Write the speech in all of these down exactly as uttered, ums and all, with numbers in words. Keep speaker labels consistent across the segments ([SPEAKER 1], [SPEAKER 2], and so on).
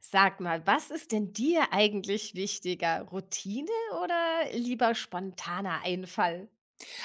[SPEAKER 1] Sag mal, was ist denn dir eigentlich wichtiger? Routine oder lieber spontaner Einfall?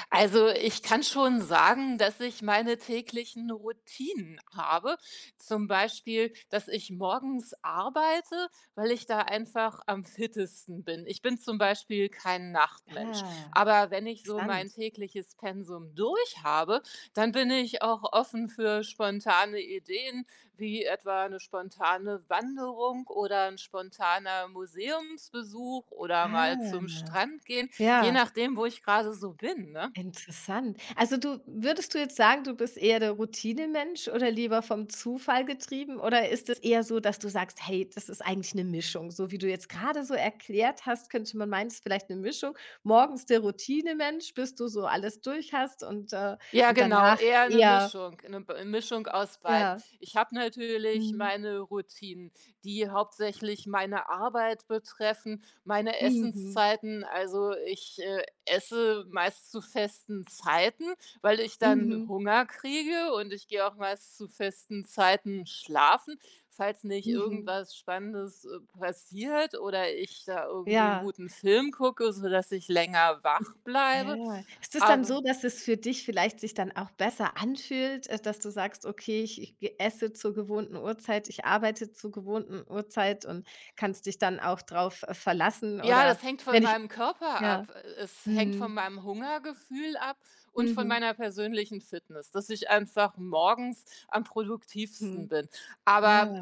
[SPEAKER 2] Also, ich kann schon sagen, dass ich meine täglichen Routinen habe. Zum Beispiel, dass ich morgens arbeite, weil ich da einfach am fittesten bin. Ich bin zum Beispiel kein Nachtmensch.
[SPEAKER 1] Ah,
[SPEAKER 2] Aber wenn ich so
[SPEAKER 1] interessant.
[SPEAKER 2] mein tägliches Pensum durch habe, dann bin ich auch offen für spontane Ideen, wie etwa eine spontane Wanderung oder ein spontaner Museumsbesuch oder mal zum
[SPEAKER 1] Ah,
[SPEAKER 2] Strand gehen, je
[SPEAKER 1] ja,
[SPEAKER 2] nachdem, wo ich gerade so bin, ne?
[SPEAKER 1] interessant. Also du würdest du jetzt sagen, du bist eher der Routinemensch oder lieber vom Zufall getrieben? Oder ist es eher so, dass du sagst, hey, das ist eigentlich eine Mischung? So wie du jetzt gerade so erklärt hast, könnte man meinen, es ist vielleicht eine Mischung. Morgens der Routinemensch, bis du so alles durch hast und, äh
[SPEAKER 2] Ja,
[SPEAKER 1] und
[SPEAKER 2] genau,
[SPEAKER 1] danach
[SPEAKER 2] eher eine
[SPEAKER 1] eher
[SPEAKER 2] Mischung, eine B Mischung aus beiden.
[SPEAKER 1] ja,
[SPEAKER 2] Ich habe natürlich
[SPEAKER 1] mhm.
[SPEAKER 2] meine Routinen, die hauptsächlich meine Arbeit betreffen, meine
[SPEAKER 1] Mhm.
[SPEAKER 2] Essenszeiten. Also, ich, äh, esse meist zu festen Zeiten, weil ich dann
[SPEAKER 1] Mhm.
[SPEAKER 2] Hunger kriege und ich gehe auch meist zu festen Zeiten schlafen, falls nicht
[SPEAKER 1] Mhm.
[SPEAKER 2] irgendwas Spannendes, äh, passiert oder ich da irgendwie einen
[SPEAKER 1] Ja.
[SPEAKER 2] guten Film gucke, sodass ich länger
[SPEAKER 1] Ist
[SPEAKER 2] wach bleibe.
[SPEAKER 1] Ja. Ist es dann
[SPEAKER 2] Aber
[SPEAKER 1] so, dass es für dich vielleicht sich dann auch besser anfühlt, äh, dass du sagst: „Okay, ich ich ge esse zur gewohnten Uhrzeit, ich arbeite zur gewohnten Uhrzeit“ und kannst dich dann auch drauf, äh, verlassen
[SPEAKER 2] ja,
[SPEAKER 1] oder
[SPEAKER 2] das hängt von
[SPEAKER 1] wenn ich
[SPEAKER 2] meinem Körper
[SPEAKER 1] ja.
[SPEAKER 2] ab. Es hängt von
[SPEAKER 1] Mhm.
[SPEAKER 2] meinem Hungergefühl ab und von
[SPEAKER 1] Mhm.
[SPEAKER 2] meiner persönlichen Fitness, dass ich einfach morgens am produktivsten
[SPEAKER 1] Mhm.
[SPEAKER 2] bin.
[SPEAKER 1] Ja.
[SPEAKER 2] Aber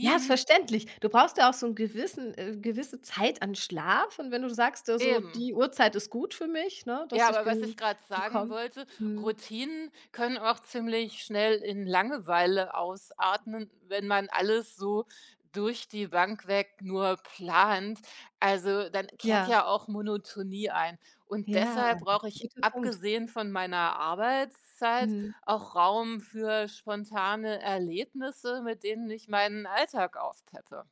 [SPEAKER 1] Ja, ist verständlich. Du brauchst ja auch so 'n gewissen äh, gewisse Zeit an Schlaf und wenn du sagst, äh, so:
[SPEAKER 2] eben.
[SPEAKER 1] „Die Uhrzeit ist gut für mich“, ne, dass
[SPEAKER 2] Ja,
[SPEAKER 1] ich
[SPEAKER 2] aber was ich
[SPEAKER 1] genügend
[SPEAKER 2] gerade sagen
[SPEAKER 1] bekomme.
[SPEAKER 2] wollte,
[SPEAKER 1] Mhm.
[SPEAKER 2] Routinen können auch ziemlich schnell in Langeweile ausarten, wenn man alles so durch die Bank weg nur plant. Also, dann kehrt
[SPEAKER 1] Ja,
[SPEAKER 2] ja auch Monotonie ein. Und
[SPEAKER 1] ja,
[SPEAKER 2] deshalb brauche ich
[SPEAKER 1] guter Punkt.
[SPEAKER 2] abgesehen von meiner Arbeitszeit
[SPEAKER 1] Mhm.
[SPEAKER 2] auch Raum für spontane Erlebnisse, mit denen ich meinen Alltag aufpeppe.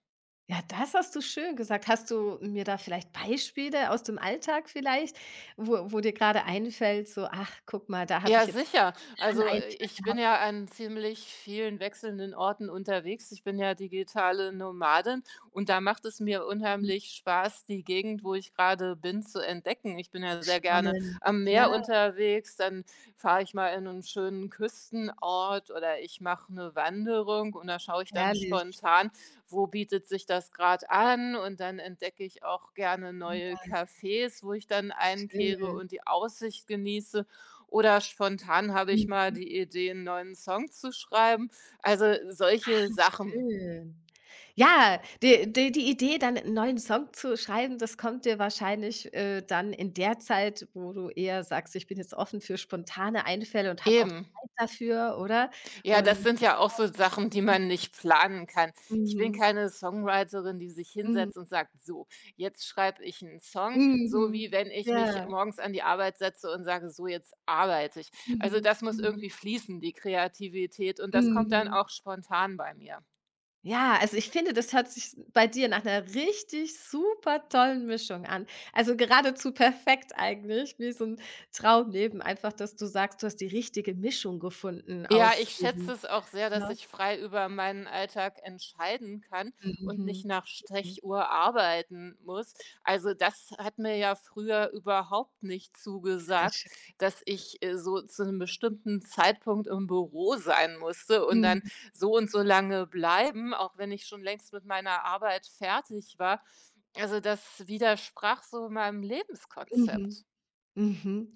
[SPEAKER 1] Ja, das hast du schön gesagt. Hast du mir da vielleicht Beispiele aus dem Alltag vielleicht, wo wo dir gerade einfällt, so: „Ach, guck mal, da habe
[SPEAKER 2] Ja,
[SPEAKER 1] ich jetzt
[SPEAKER 2] sicher.
[SPEAKER 1] da
[SPEAKER 2] Also, äh,
[SPEAKER 1] Einfall
[SPEAKER 2] ich bin
[SPEAKER 1] gehabt.“
[SPEAKER 2] ja an ziemlich vielen wechselnden Orten unterwegs. Ich bin ja digitale Nomadin und da macht es mir
[SPEAKER 1] Mhm.
[SPEAKER 2] unheimlich Spaß, die Gegend, wo ich gerade bin, zu entdecken. Ich bin ja sehr gerne
[SPEAKER 1] Spannend.
[SPEAKER 2] am
[SPEAKER 1] Ja,
[SPEAKER 2] Meer unterwegs, dann fahre ich mal in einen schönen Küstenort oder ich mache eine Wanderung und da schaue ich dann
[SPEAKER 1] herrlich.
[SPEAKER 2] spontan, wo bietet sich das gerade an und dann entdecke ich auch gerne neue
[SPEAKER 1] Mhm,
[SPEAKER 2] Cafés, wo ich dann einkehre
[SPEAKER 1] schön.
[SPEAKER 2] und die Aussicht genieße. Oder spontan habe ich
[SPEAKER 1] Mhm,
[SPEAKER 2] mal die Idee, einen neuen Song zu schreiben. Also, solche Sachen.
[SPEAKER 1] schön. Ja, die die die Idee, dann 'n neuen Song zu schreiben, das kommt dir wahrscheinlich, äh, dann in der Zeit, wo du eher sagst: „Ich bin jetzt offen für spontane Einfälle und habe auch
[SPEAKER 2] Eben.
[SPEAKER 1] Zeit dafür“, oder?
[SPEAKER 2] Ja, das
[SPEAKER 1] Und
[SPEAKER 2] sind ja auch so Sachen, die man nicht planen kann. Ich bin
[SPEAKER 1] Mhm.
[SPEAKER 2] keine Songwriterin, die sich
[SPEAKER 1] Mhm.
[SPEAKER 2] hinsetzt und sagt: „So, jetzt schreibe ich einen Song“, so wie
[SPEAKER 1] Mhm.
[SPEAKER 2] wenn ich mich
[SPEAKER 1] Ja.
[SPEAKER 2] morgens an die Arbeit setze und sage: „So, jetzt arbeite ich.“ Also,
[SPEAKER 1] Mhm.
[SPEAKER 2] das muss
[SPEAKER 1] Mhm.
[SPEAKER 2] irgendwie fließen, die Kreativität, und das kommt dann
[SPEAKER 1] Mhm.
[SPEAKER 2] auch spontan bei mir.
[SPEAKER 1] Ja, also ich finde, das hört sich bei dir nach einer richtig super tollen Mischung an. Also geradezu perfekt eigentlich, wie so 'n Traumleben einfach, dass du sagst, du hast die richtige Mischung gefunden
[SPEAKER 2] Ja,
[SPEAKER 1] aus
[SPEAKER 2] ich schätze
[SPEAKER 1] eben,
[SPEAKER 2] es auch sehr, dass
[SPEAKER 1] ne?
[SPEAKER 2] ich frei über meinen Alltag entscheiden kann und
[SPEAKER 1] Mhm.
[SPEAKER 2] nicht nach
[SPEAKER 1] Mhm.
[SPEAKER 2] Stechuhr arbeiten muss. Also, das hat mir ja früher überhaupt nicht
[SPEAKER 1] Sehr
[SPEAKER 2] zugesagt,
[SPEAKER 1] schön.
[SPEAKER 2] dass ich, äh, so zu einem bestimmten Zeitpunkt im Büro sein musste und
[SPEAKER 1] Mhm.
[SPEAKER 2] dann so und so lange bleiben, auch wenn ich schon längst mit meiner Arbeit fertig war. Also, das widersprach so meinem
[SPEAKER 1] Mhm.
[SPEAKER 2] Lebenskonzept.
[SPEAKER 1] Mhm.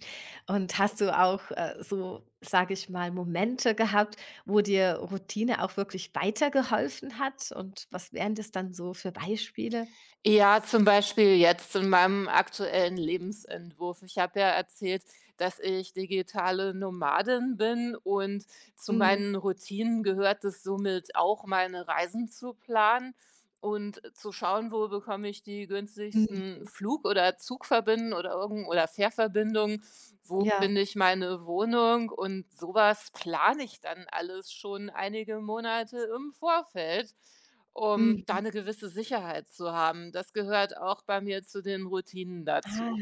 [SPEAKER 1] Und hast du auch, äh, so, sage ich mal, Momente gehabt, wo dir Routine auch wirklich weitergeholfen hat? Und was wären das dann so für Beispiele?
[SPEAKER 2] Ja, zum Beispiel jetzt in meinem aktuellen Lebensentwurf. Ich habe ja erzählt, dass ich digitale Nomadin bin und zu
[SPEAKER 1] Mhm.
[SPEAKER 2] meinen Routinen gehört es somit auch, meine Reisen zu planen und zu schauen, wo bekomme ich die
[SPEAKER 1] Mhm.
[SPEAKER 2] günstigsten Flug- oder Zugverbindungen oder irgend oder Fährverbindungen, wo
[SPEAKER 1] Ja.
[SPEAKER 2] finde ich meine Wohnung und sowas plane ich dann alles schon einige Monate im Vorfeld, um da
[SPEAKER 1] Mhm.
[SPEAKER 2] eine gewisse Sicherheit zu haben. Das gehört auch bei mir zu den Routinen
[SPEAKER 1] Ah.
[SPEAKER 2] dazu.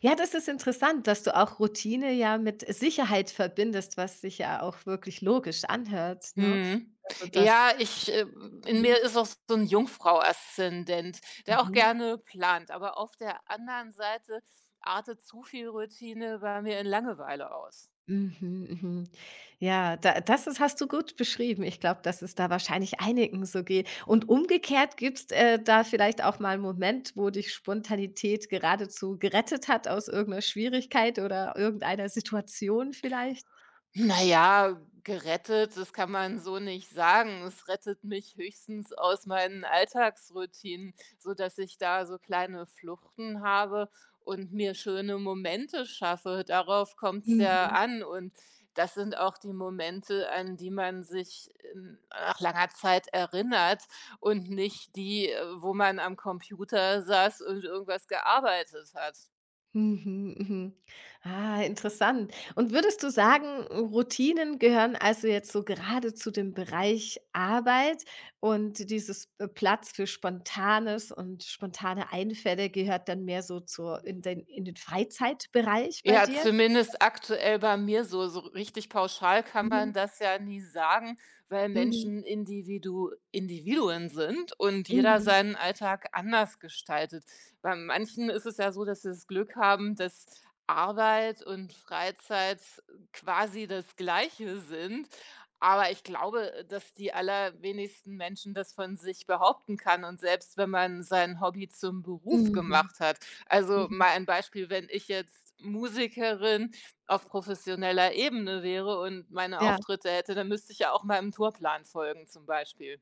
[SPEAKER 1] Ja, das ist interessant, dass du auch Routine ja mit Sicherheit verbindest, was sich ja auch wirklich logisch anhört, ne?
[SPEAKER 2] Mhm.
[SPEAKER 1] Also, das
[SPEAKER 2] Ja, ich äh, in mir
[SPEAKER 1] mhm.
[SPEAKER 2] ist auch so ein Jungfrau-Aszendent, der auch
[SPEAKER 1] Mhm.
[SPEAKER 2] gerne plant, aber auf der anderen Seite artet zu viel Routine bei mir in Langeweile aus.
[SPEAKER 1] Mhm, mhm. Ja, da das ist hast du gut beschrieben. Ich glaube, dass es da wahrscheinlich einigen so geht. Und umgekehrt gibt's, äh, da vielleicht auch mal einen Moment, wo dich Spontanität geradezu gerettet hat aus irgendeiner Schwierigkeit oder irgendeiner Situation vielleicht?
[SPEAKER 2] Na ja, gerettet, das kann man so nicht sagen. Es rettet mich höchstens aus meinen Alltagsroutinen, sodass ich da so kleine Fluchten habe und mir schöne Momente schaffe. Darauf kommt es ja
[SPEAKER 1] Mhm.
[SPEAKER 2] an. Und das sind auch die Momente, an die man sich in nach langer Zeit erinnert und nicht die, äh, wo man am Computer saß und irgendwas gearbeitet hat.
[SPEAKER 1] Mhm, mhm. Ah, interessant. Und würdest du sagen, Routinen gehören also jetzt so gerade zu dem Bereich Arbeit und dieses äh, Platz für Spontanes und spontane Einfälle gehört dann mehr so zur in den in den Freizeitbereich bei
[SPEAKER 2] Ja,
[SPEAKER 1] dir?
[SPEAKER 2] zumindest aktuell bei mir so. So richtig pauschal kann
[SPEAKER 1] Mhm.
[SPEAKER 2] man das ja nie sagen, weil
[SPEAKER 1] Mhm.
[SPEAKER 2] Menschen Individu Individuen sind und jeder
[SPEAKER 1] Mhm.
[SPEAKER 2] seinen Alltag anders gestaltet. Bei manchen ist es ja so, dass sie das Glück haben, dass Arbeit und Freizeit quasi das Gleiche sind. Aber ich glaube, dass die allerwenigsten Menschen das von sich behaupten kann. Und selbst wenn man sein Hobby zum Beruf
[SPEAKER 1] Mhm.
[SPEAKER 2] gemacht hat, also,
[SPEAKER 1] Mhm.
[SPEAKER 2] mal ein Beispiel, wenn ich jetzt Musikerin auf professioneller Ebene wäre und meine
[SPEAKER 1] Ja.
[SPEAKER 2] Auftritte hätte, dann müsste ich ja auch meinem Tourplan folgen zum Beispiel.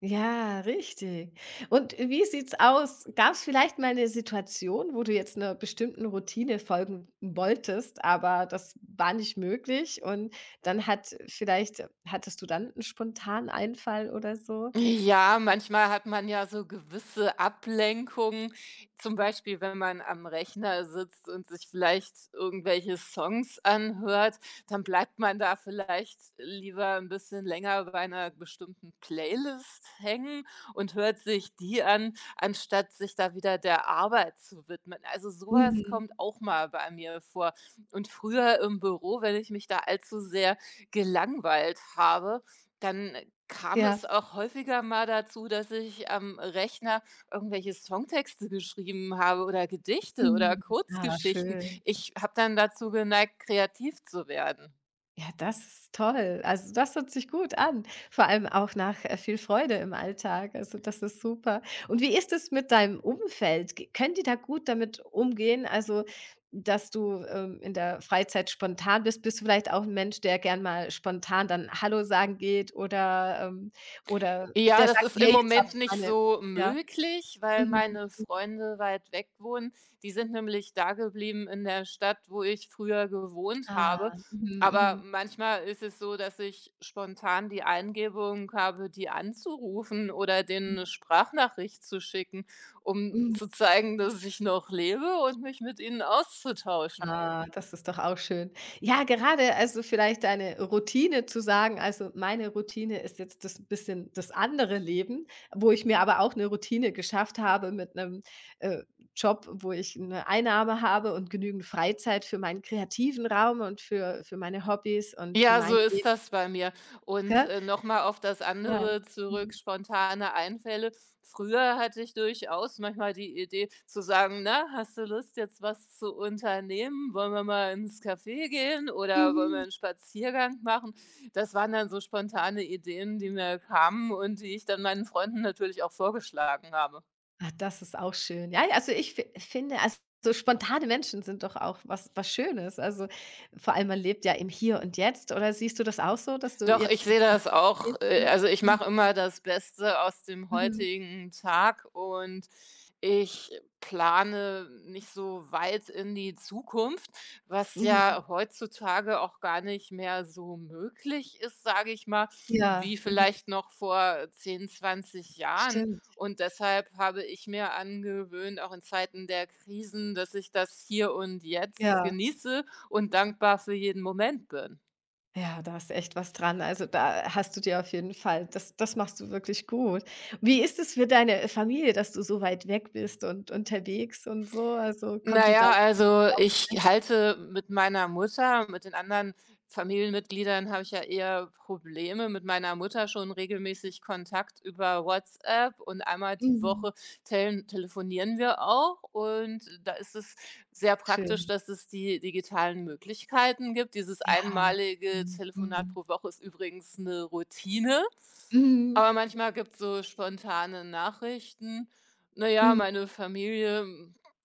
[SPEAKER 1] Ja, richtig. Und wie sieht's aus? Gab es vielleicht mal eine Situation, wo du jetzt einer bestimmten Routine folgen wolltest, aber das war nicht möglich und dann hat vielleicht äh, hattest du dann einen spontanen Einfall oder so?
[SPEAKER 2] Ja, manchmal hat man ja so gewisse Ablenkungen, zum Beispiel, wenn man am Rechner sitzt und sich vielleicht irgendwelche Songs anhört, dann bleibt man da vielleicht lieber ein bisschen länger bei einer bestimmten Playlist hängen und hört sich die an, anstatt sich da wieder der Arbeit zu widmen. Also, sowas
[SPEAKER 1] Mhm.
[SPEAKER 2] kommt auch mal bei mir vor. Und früher im Büro, wenn ich mich da allzu sehr gelangweilt habe, dann kam
[SPEAKER 1] Ja.
[SPEAKER 2] es auch häufiger mal dazu, dass ich am Rechner irgendwelche Songtexte geschrieben habe oder Gedichte oder
[SPEAKER 1] Mhm. Ah,
[SPEAKER 2] Kurzgeschichten.
[SPEAKER 1] schön.
[SPEAKER 2] Ich habe dann dazu geneigt, kreativ zu werden.
[SPEAKER 1] Ja, das ist toll. Also, das hört sich gut an, vor allem auch nach, äh, viel Freude im Alltag. Also, das ist super. Und wie ist es mit deinem Umfeld? G Können die da gut damit umgehen? Also, dass du, ähm, in der Freizeit spontan bist? Bist du vielleicht auch ein Mensch, der gern mal spontan dann Hallo sagen geht oder, ähm oder der
[SPEAKER 2] Ja, das
[SPEAKER 1] sagt:
[SPEAKER 2] ist im
[SPEAKER 1] „Hey, jetzt habe
[SPEAKER 2] Moment
[SPEAKER 1] ich
[SPEAKER 2] nicht
[SPEAKER 1] meine“
[SPEAKER 2] so
[SPEAKER 1] ja.
[SPEAKER 2] möglich, weil
[SPEAKER 1] Mhm.
[SPEAKER 2] meine Freunde weit weg wohnen. Die sind nämlich da geblieben in der Stadt, wo ich früher gewohnt
[SPEAKER 1] Ah.
[SPEAKER 2] habe.
[SPEAKER 1] Mhm,
[SPEAKER 2] Aber
[SPEAKER 1] mhm.
[SPEAKER 2] manchmal ist es so, dass ich spontan die Eingebung habe, die anzurufen oder denen 'ne Sprachnachricht zu schicken, um
[SPEAKER 1] Mhm.
[SPEAKER 2] zu zeigen, dass ich noch lebe und mich mit ihnen auszutauschen.
[SPEAKER 1] Ah, das ist doch auch schön. Ja, gerade also vielleicht deine Routine zu sagen, also meine Routine ist jetzt das bisschen das andere Leben, wo ich mir aber auch eine Routine geschafft habe mit einem äh, Job, wo ich eine Einnahme habe und genügend Freizeit für meinen kreativen Raum und für für meine Hobbys und für
[SPEAKER 2] Ja,
[SPEAKER 1] mein
[SPEAKER 2] so ist
[SPEAKER 1] Leben,
[SPEAKER 2] das bei mir. Und,
[SPEAKER 1] gell?
[SPEAKER 2] äh, noch mal auf das
[SPEAKER 1] Ja.
[SPEAKER 2] andere zurück,
[SPEAKER 1] Mhm.
[SPEAKER 2] spontane Einfälle. Früher hatte ich durchaus manchmal die Idee zu sagen: „Na, hast du Lust, jetzt was zu unternehmen? Wollen wir mal ins Café gehen oder wollen wir
[SPEAKER 1] Mhm.
[SPEAKER 2] einen Spaziergang machen?“ Das waren dann so spontane Ideen, die mir kamen und die ich dann meinen Freunden natürlich auch vorgeschlagen habe.
[SPEAKER 1] Ah, das ist auch schön. Ja, ja, also ich fi finde, also so spontane Menschen sind doch auch was was Schönes. Also, vor allem man lebt ja im Hier und Jetzt. Oder siehst du das auch so, dass du
[SPEAKER 2] Doch, ich
[SPEAKER 1] jetzt im
[SPEAKER 2] sehe
[SPEAKER 1] Hier
[SPEAKER 2] das
[SPEAKER 1] und Jetzt lebst,
[SPEAKER 2] auch. Äh,
[SPEAKER 1] ne?
[SPEAKER 2] also, ich
[SPEAKER 1] Mhm.
[SPEAKER 2] mache immer das Beste aus dem
[SPEAKER 1] Mhm.
[SPEAKER 2] heutigen Tag und ich plane nicht so weit in die Zukunft, was
[SPEAKER 1] Mhm.
[SPEAKER 2] ja heutzutage auch gar nicht mehr so möglich ist, sage ich mal,
[SPEAKER 1] Ja,
[SPEAKER 2] wie
[SPEAKER 1] mhm.
[SPEAKER 2] vielleicht noch vor zehn, zwanzig Jahren.
[SPEAKER 1] Stimmt.
[SPEAKER 2] Und deshalb habe ich mir angewöhnt, auch in Zeiten der Krisen, dass ich das hier und jetzt
[SPEAKER 1] Ja.
[SPEAKER 2] genieße und dankbar für jeden Moment bin.
[SPEAKER 1] Ja, da ist echt was dran. Also, da hast du dir auf jeden Fall das das machst du wirklich gut. Wie ist es für deine Familie, dass du so weit weg bist und unterwegs und so? Also, kommt
[SPEAKER 2] Na
[SPEAKER 1] die da
[SPEAKER 2] ja,
[SPEAKER 1] auch
[SPEAKER 2] also ich halte mit meiner Mutter, mit den anderen Familienmitgliedern habe ich ja eher Probleme. Mit meiner Mutter schon regelmäßig Kontakt über WhatsApp und einmal die
[SPEAKER 1] mhm,
[SPEAKER 2] Woche tel telefonieren wir auch. Und da ist es sehr praktisch,
[SPEAKER 1] schön.
[SPEAKER 2] dass es die digitalen Möglichkeiten gibt. Dieses
[SPEAKER 1] Ja.
[SPEAKER 2] einmalige
[SPEAKER 1] Mhm.
[SPEAKER 2] Telefonat
[SPEAKER 1] Mhm.
[SPEAKER 2] pro Woche ist übrigens 'ne Routine,
[SPEAKER 1] Mhm.
[SPEAKER 2] aber manchmal gibt's so spontane Nachrichten. Na ja,
[SPEAKER 1] Mhm.
[SPEAKER 2] meine Familie,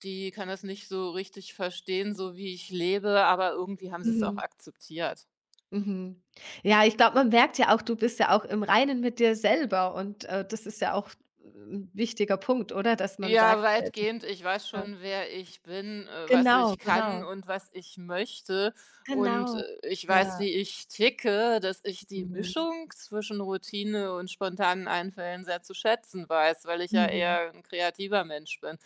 [SPEAKER 2] die kann das nicht so richtig verstehen, so wie ich lebe, aber irgendwie haben sie es auch
[SPEAKER 1] Mhm.
[SPEAKER 2] akzeptiert.
[SPEAKER 1] Mhm. Ja, ich glaube, man merkt ja auch, du bist ja auch im Reinen mit dir selber und, äh, das ist ja auch 'n wichtiger Punkt, oder? Dass man
[SPEAKER 2] Ja,
[SPEAKER 1] sagt, äh, das
[SPEAKER 2] weitgehend. Ich weiß
[SPEAKER 1] äh,
[SPEAKER 2] schon, wer ich bin, äh, was
[SPEAKER 1] Genau,
[SPEAKER 2] ich kann
[SPEAKER 1] genau,
[SPEAKER 2] und was ich möchte. Und
[SPEAKER 1] genau.
[SPEAKER 2] äh, ich weiß,
[SPEAKER 1] Ja,
[SPEAKER 2] wie ich ticke, dass ich die
[SPEAKER 1] mhm,
[SPEAKER 2] Mischung zwischen Routine und spontanen Einfällen sehr zu schätzen weiß, weil ich ja
[SPEAKER 1] mhm.
[SPEAKER 2] eher ein kreativer Mensch bin,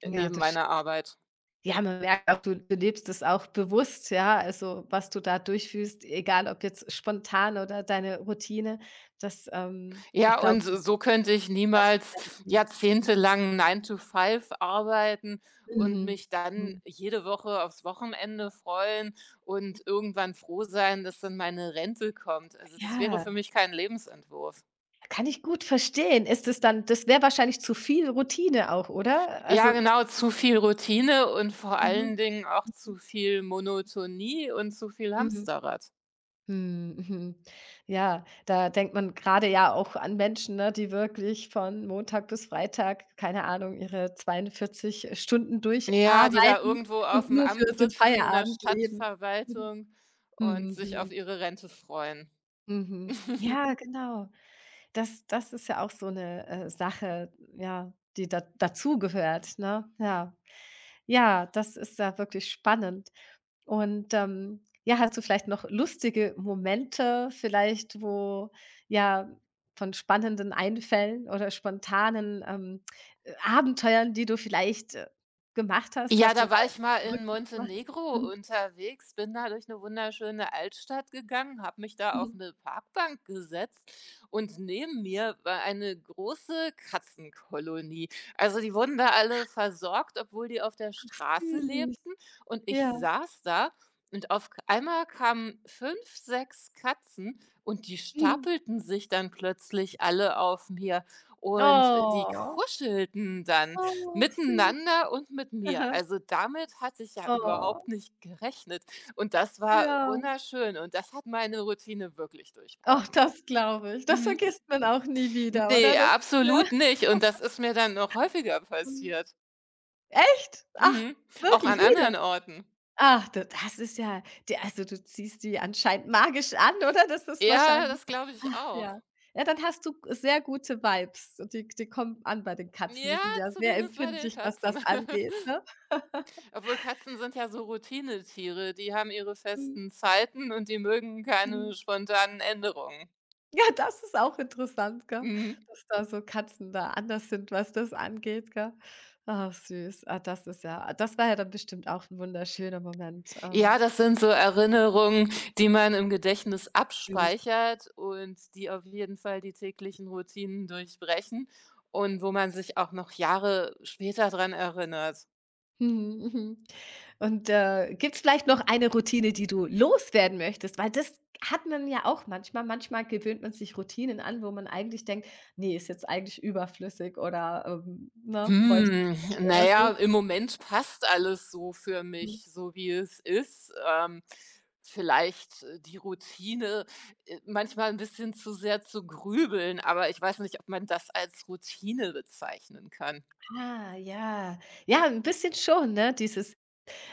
[SPEAKER 2] äh,
[SPEAKER 1] Ja,
[SPEAKER 2] neben
[SPEAKER 1] das
[SPEAKER 2] meiner
[SPEAKER 1] stimmt.
[SPEAKER 2] Arbeit.
[SPEAKER 1] Ja, man merkt auch, du du lebst es auch bewusst, ja, also, was du da durchfühlst, egal ob jetzt spontan oder deine Routine, das, ähm ich
[SPEAKER 2] Ja,
[SPEAKER 1] glaube,
[SPEAKER 2] und
[SPEAKER 1] das
[SPEAKER 2] so so könnte ich
[SPEAKER 1] ist
[SPEAKER 2] niemals
[SPEAKER 1] ganz gut.
[SPEAKER 2] jahrzehntelang nine to five arbeiten und
[SPEAKER 1] Mhm,
[SPEAKER 2] mich dann
[SPEAKER 1] mhm.
[SPEAKER 2] jede Woche aufs Wochenende freuen und irgendwann froh sein, dass dann meine Rente kommt. Also, das wäre
[SPEAKER 1] Ja.
[SPEAKER 2] für mich kein Lebensentwurf.
[SPEAKER 1] Kann ich gut verstehen. Ist es dann das wäre wahrscheinlich zu viel Routine auch, oder?
[SPEAKER 2] Ja,
[SPEAKER 1] Also
[SPEAKER 2] genau, zu viel Routine und vor
[SPEAKER 1] mhm,
[SPEAKER 2] allen Dingen auch zu viel Monotonie und zu viel
[SPEAKER 1] mhm,
[SPEAKER 2] Hamsterrad.
[SPEAKER 1] mhm, mhm. Ja, da denkt man gerade ja auch an Menschen, ne, die wirklich von Montag bis Freitag, keine Ahnung, ihre zweiundvierzig Stunden
[SPEAKER 2] Ja, die da
[SPEAKER 1] durcharbeiten
[SPEAKER 2] irgendwo auf
[SPEAKER 1] und
[SPEAKER 2] dem
[SPEAKER 1] nur für
[SPEAKER 2] Amt
[SPEAKER 1] den
[SPEAKER 2] sitzen in der
[SPEAKER 1] Feierabend leben. Mhm.
[SPEAKER 2] Stadtverwaltung und sich auf
[SPEAKER 1] Mhm,
[SPEAKER 2] ihre Rente freuen.
[SPEAKER 1] mhm. Ja, genau. Das das ist ja auch so eine äh, Sache, ja, die da dazugehört, ne? Ja. Ja, das ist ja wirklich spannend. Und, ähm, ja, hast du vielleicht noch lustige Momente vielleicht, wo ja, von spannenden Einfällen oder spontanen, ähm, äh, Abenteuern, die du vielleicht, äh, gemacht hast?
[SPEAKER 2] Ja,
[SPEAKER 1] Hast du mal
[SPEAKER 2] da war ich
[SPEAKER 1] was
[SPEAKER 2] mal in
[SPEAKER 1] Verrücktes gemacht?
[SPEAKER 2] Montenegro
[SPEAKER 1] Mhm,
[SPEAKER 2] unterwegs, bin da durch eine wunderschöne Altstadt gegangen, habe mich da auf
[SPEAKER 1] mhm.
[SPEAKER 2] eine Parkbank gesetzt und neben mir war eine große Katzenkolonie. Also, die wurden da alle versorgt, obwohl die auf der Straße
[SPEAKER 1] Süß.
[SPEAKER 2] lebten und ich
[SPEAKER 1] Ja.
[SPEAKER 2] saß da und auf k einmal kamen fünf, sechs Katzen und die
[SPEAKER 1] Mhm.
[SPEAKER 2] stapelten sich dann plötzlich alle auf mir und, äh, die
[SPEAKER 1] Oh,
[SPEAKER 2] kuschelten dann.
[SPEAKER 1] oh, süß.
[SPEAKER 2] Miteinander und mit mir.
[SPEAKER 1] Aha.
[SPEAKER 2] Also, damit hatte ich ja
[SPEAKER 1] Oh,
[SPEAKER 2] überhaupt nicht gerechnet und das war
[SPEAKER 1] ja.
[SPEAKER 2] wunderschön und das hat meine Routine wirklich
[SPEAKER 1] Auch
[SPEAKER 2] durchbrochen.
[SPEAKER 1] das glaube ich. Das
[SPEAKER 2] Mhm.
[SPEAKER 1] vergisst man auch nie wieder, oder?
[SPEAKER 2] Ne,
[SPEAKER 1] Das ja.
[SPEAKER 2] absolut nicht und das ist mir dann noch häufiger
[SPEAKER 1] Mhm.
[SPEAKER 2] passiert.
[SPEAKER 1] Echt? Ach,
[SPEAKER 2] Mhm. Auch
[SPEAKER 1] wirklich
[SPEAKER 2] an
[SPEAKER 1] wieder?
[SPEAKER 2] anderen Orten.
[SPEAKER 1] Ach, da das ist ja d also, du ziehst die anscheinend magisch an, oder? Das ist
[SPEAKER 2] Ja,
[SPEAKER 1] wahrscheinlich
[SPEAKER 2] das glaube ich
[SPEAKER 1] ja.
[SPEAKER 2] auch.
[SPEAKER 1] Ja, dann hast du sehr gute Vibes und die die kommen an bei den Katzen. Die
[SPEAKER 2] Ja,
[SPEAKER 1] sind ja sehr
[SPEAKER 2] zumindest bei den
[SPEAKER 1] empfindlich, was das
[SPEAKER 2] Katzen.
[SPEAKER 1] angeht, ne?
[SPEAKER 2] Obwohl Katzen sind ja so Routine-Tiere, die haben ihre
[SPEAKER 1] Mhm,
[SPEAKER 2] festen Zeiten und die mögen
[SPEAKER 1] mhm.
[SPEAKER 2] keine spontanen Änderungen.
[SPEAKER 1] Ja, das ist auch interessant, gell,
[SPEAKER 2] Mhm.
[SPEAKER 1] dass da so Katzen da anders sind, was das angeht, gell? Ach süß. Ah, das ist ja das war ja dann bestimmt auch 'n wunderschöner Moment.
[SPEAKER 2] Ja,
[SPEAKER 1] Ähm,
[SPEAKER 2] das sind so Erinnerungen, die man im Gedächtnis
[SPEAKER 1] süß.
[SPEAKER 2] abspeichert und die auf jeden Fall die täglichen Routinen durchbrechen und wo man sich auch noch Jahre später dran erinnert.
[SPEAKER 1] Mhm, mhm. Und, äh, gibt's vielleicht noch eine Routine, die du loswerden möchtest? Weil das hat man ja auch manchmal. Manchmal gewöhnt man sich Routinen an, wo man eigentlich denkt: nee, ist jetzt eigentlich überflüssig oder, ähm, ne, bräuchte ich
[SPEAKER 2] Hm,
[SPEAKER 1] nicht
[SPEAKER 2] na
[SPEAKER 1] oder
[SPEAKER 2] ja,
[SPEAKER 1] so.“
[SPEAKER 2] im Moment passt alles so für
[SPEAKER 1] Mhm.
[SPEAKER 2] mich, so wie es ist. Ähm, vielleicht, äh, die Routine, äh, manchmal ein bisschen zu sehr zu grübeln, aber ich weiß nicht, ob man das als Routine bezeichnen kann.
[SPEAKER 1] Ah, ja. Ja, ein bisschen schon, ne, dieses,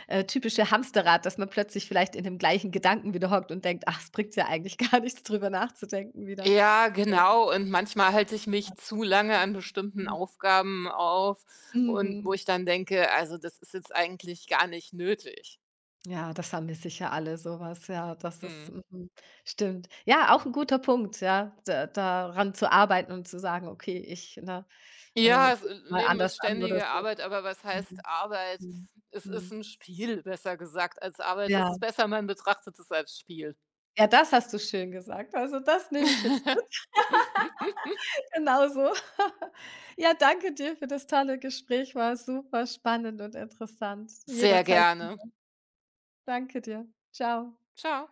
[SPEAKER 1] äh, typische Hamsterrad, dass man plötzlich vielleicht in dem gleichen Gedanken wieder hockt und denkt: „Ach, es bringt ja eigentlich gar nichts, drüber nachzudenken wieder.“
[SPEAKER 2] Ja,
[SPEAKER 1] Ja.
[SPEAKER 2] genau. Und manchmal halte ich mich zu lange an bestimmten
[SPEAKER 1] Mhm.
[SPEAKER 2] Aufgaben auf und wo
[SPEAKER 1] Mhm.
[SPEAKER 2] ich dann denke: „Also, das ist jetzt eigentlich gar nicht nötig.“
[SPEAKER 1] Ja, das haben wir sicher alle so was, ja, das ist
[SPEAKER 2] Mhm.
[SPEAKER 1] mhm, stimmt. Ja, auch 'n guter Punkt, ja, da daran zu arbeiten und zu sagen: „Okay, ich, ne, äh,
[SPEAKER 2] Ja, das
[SPEAKER 1] gehe mal
[SPEAKER 2] Leben
[SPEAKER 1] anders
[SPEAKER 2] ist
[SPEAKER 1] an“ oder
[SPEAKER 2] ständige
[SPEAKER 1] so.
[SPEAKER 2] Arbeit, aber was
[SPEAKER 1] Mhm,
[SPEAKER 2] heißt Arbeit?
[SPEAKER 1] mhm,
[SPEAKER 2] Es ist
[SPEAKER 1] mhm.
[SPEAKER 2] ein Spiel, besser gesagt. Als Arbeit ist
[SPEAKER 1] Ja,
[SPEAKER 2] es ist besser, man betrachtet es als Spiel.
[SPEAKER 1] ja, das hast du schön gesagt. Also, das nehme ich jetzt mit, genauso. Ja, danke dir für das tolle Gespräch, war super spannend und interessant.
[SPEAKER 2] Sehr
[SPEAKER 1] Jederzeit
[SPEAKER 2] gerne.
[SPEAKER 1] wieder. Danke dir. Tschau.
[SPEAKER 2] Ciao.